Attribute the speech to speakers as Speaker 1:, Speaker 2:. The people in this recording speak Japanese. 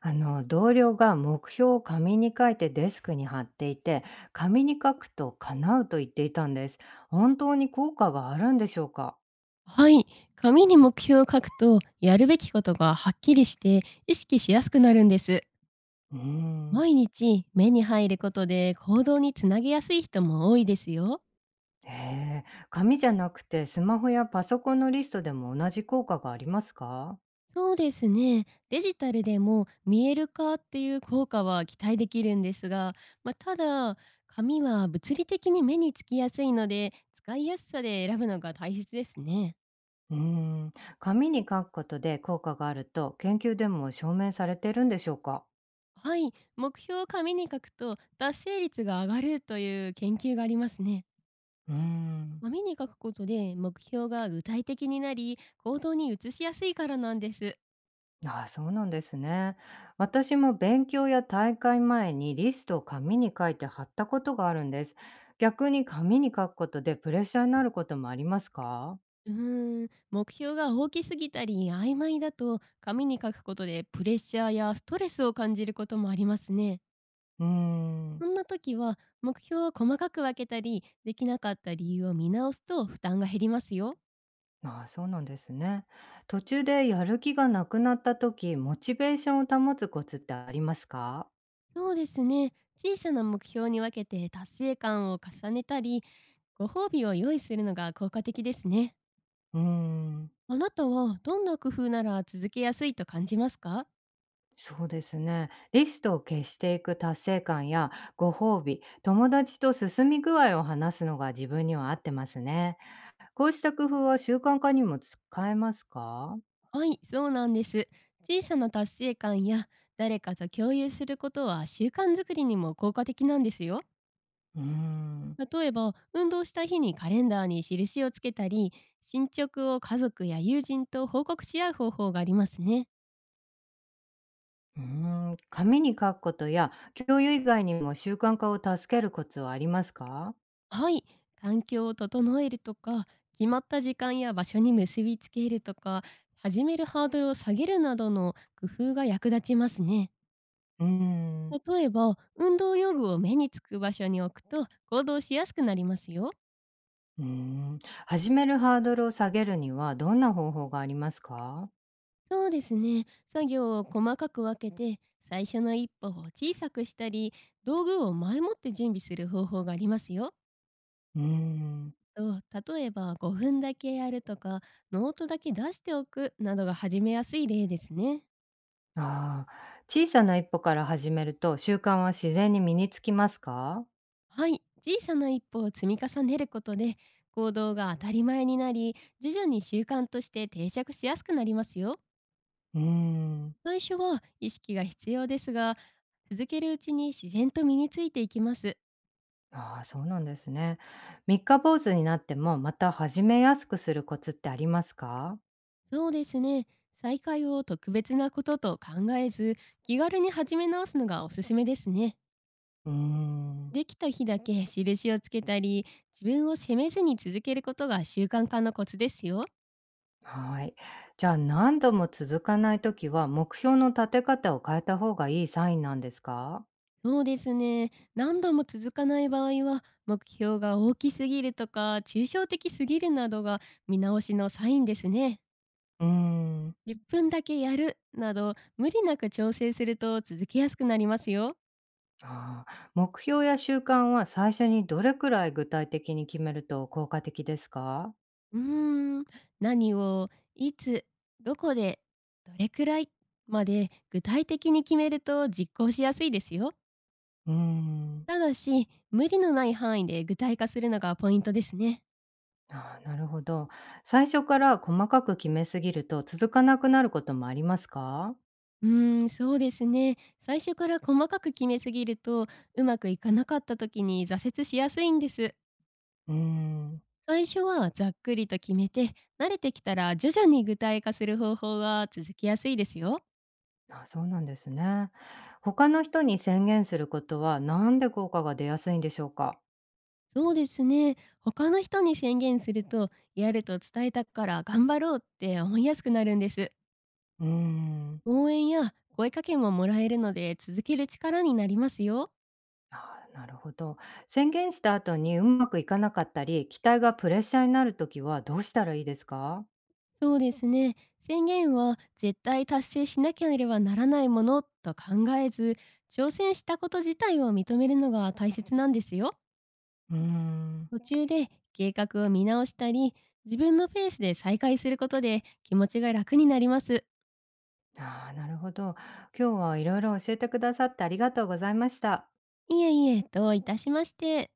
Speaker 1: あの同僚が目標を紙に書いてデスクに貼っていて、紙に書くと叶うと言っていたんです。本当に効果があるんでしょうか？
Speaker 2: はい。紙に目標を書くと、やるべきことがはっきりして意識しやすくなるんです。
Speaker 1: うーん。
Speaker 2: 毎日目に入ることで行動につなげやすい人も多いですよ。
Speaker 1: へえ。紙じゃなくてスマホやパソコンのリストでも同じ効果がありますか？
Speaker 2: そうですね。デジタルでも見える化っていう効果は期待できるんですが、まあ、ただ、紙は物理的に目につきやすいので、使いやすさで選ぶのが大切ですね。
Speaker 1: うーん。紙に書くことで効果があると研究でも証明されてるんでしょうか？
Speaker 2: はい。目標を紙に書くと達成率が上がるという研究がありますね。
Speaker 1: うーん。
Speaker 2: 紙に書くことで目標が具体的になり、行動に移しやすいからなんです。
Speaker 1: ああ、そうなんですね。私も勉強や大会前にリストを紙に書いて貼ったことがあるんです。逆に紙に書くことでプレッシャーになることもありますか？
Speaker 2: 目標が大きすぎたり曖昧だと、紙に書くことでプレッシャーやストレスを感じることもありますね。
Speaker 1: うーん。
Speaker 2: そんな時は、目標を細かく分けたり、できなかった理由を見直すと負担が減りますよ。
Speaker 1: ああ、そうなんですね。途中でやる気がなくなった時、モチベーションを保つコツってありますか？
Speaker 2: そうですね。小さな目標に分けて達成感を重ねたり、ご褒美を用意するのが効果的ですね。
Speaker 1: うーん。
Speaker 2: あなたはどんな工夫なら続けやすいと感じますか？
Speaker 1: そうですね。リストを消していく達成感やご褒美、友達と進み具合を話すのが自分には合ってますね。こうした工夫は習慣化にも使えますか？
Speaker 2: はい、そうなんです。小さな達成感や誰かと共有することは習慣づくりにも効果的なんですよ。
Speaker 1: うーん。
Speaker 2: 例えば、運動した日にカレンダーに印をつけたり、進捗を家族や友人と報告し合う方法がありますね。
Speaker 1: うー紙に書くことや共有以外にも習慣化を助けるコツはありますか？
Speaker 2: はい、環境を整えるとか、決まった時間や場所に結びつけるとか、始めるハードルを下げるなどの工夫が役立ちますね。
Speaker 1: うーん、
Speaker 2: 例えば、運動用具を目につく場所に置くと行動しやすくなりますよ。
Speaker 1: うーん。始めるハードルを下げるにはどんな方法がありますか？
Speaker 2: そうですね。作業を細かく分けて、最初の一歩を小さくしたり、道具を前もって準備する方法がありますよ。
Speaker 1: うーん。
Speaker 2: と例えば5分だけやるとか、ノートだけ出しておくなどが始めやすい例ですね。
Speaker 1: ああ、小さな一歩から始めると習慣は自然に身につきますか？
Speaker 2: はい、小さな一歩を積み重ねることで、行動が当たり前になり、徐々に習慣として定着しやすくなりますよ。
Speaker 1: うーん。
Speaker 2: 最初は意識が必要ですが、続けるうちに自然と身についていきます。
Speaker 1: ああ、そうなんですね。三日坊主になってもまた始めやすくするコツってありますか？
Speaker 2: そうですね。再開を特別なことと考えず、気軽に始め直すのがおすすめですね。
Speaker 1: うーん、
Speaker 2: できた日だけ印をつけたり、自分を責めずに続けることが習慣化のコツですよ。
Speaker 1: はい。じゃあ何度も続かないときは、目標の立て方を変えた方がいいサインなんですか？
Speaker 2: そうですね。何度も続かない場合は、目標が大きすぎるとか、抽象的すぎるなどが見直しのサインですね。
Speaker 1: うーん、
Speaker 2: 1分だけやるなど無理なく調整すると続けやすくなりますよ。
Speaker 1: あー、目標や習慣は最初にどれくらい具体的に決めると効果的ですか？
Speaker 2: うーん、何をいつどこでどれくらいまで具体的に決めると実行しやすいですよ。
Speaker 1: うーん、
Speaker 2: ただし無理のない範囲で具体化するのがポイントですね。
Speaker 1: あー、なるほど。最初から細かく決めすぎると続かなくなることもありますか？
Speaker 2: そうですね。最初から細かく決めすぎるとうまくいかなかった時に挫折しやすいんです。
Speaker 1: うーん、
Speaker 2: 最初はざっくりと決めて、慣れてきたら徐々に具体化する方法が続きやすいですよ。
Speaker 1: あ、そうなんですね。他の人に宣言することは、なんで効果が出やすいんでしょうか？
Speaker 2: そうですね。他の人に宣言すると、やると伝えたから頑張ろうって思いやすくなるんです。
Speaker 1: うーん。
Speaker 2: 応援や声かけももらえるので続ける力になりますよ。
Speaker 1: ああ、なるほど。宣言した後にうまくいかなかったり、期待がプレッシャーになるときはどうしたらいいですか？
Speaker 2: そうですね。宣言は絶対達成しなければならないものと考えず、挑戦したこと自体を認めるのが大切なんですよ。
Speaker 1: うーん。
Speaker 2: 途中で計画を見直したり、自分のペースで再開することで気持ちが楽になります。
Speaker 1: ああ、なるほど。今日はいろいろ教えてくださってありがとうございました。
Speaker 2: いえいえ、どういたしまして。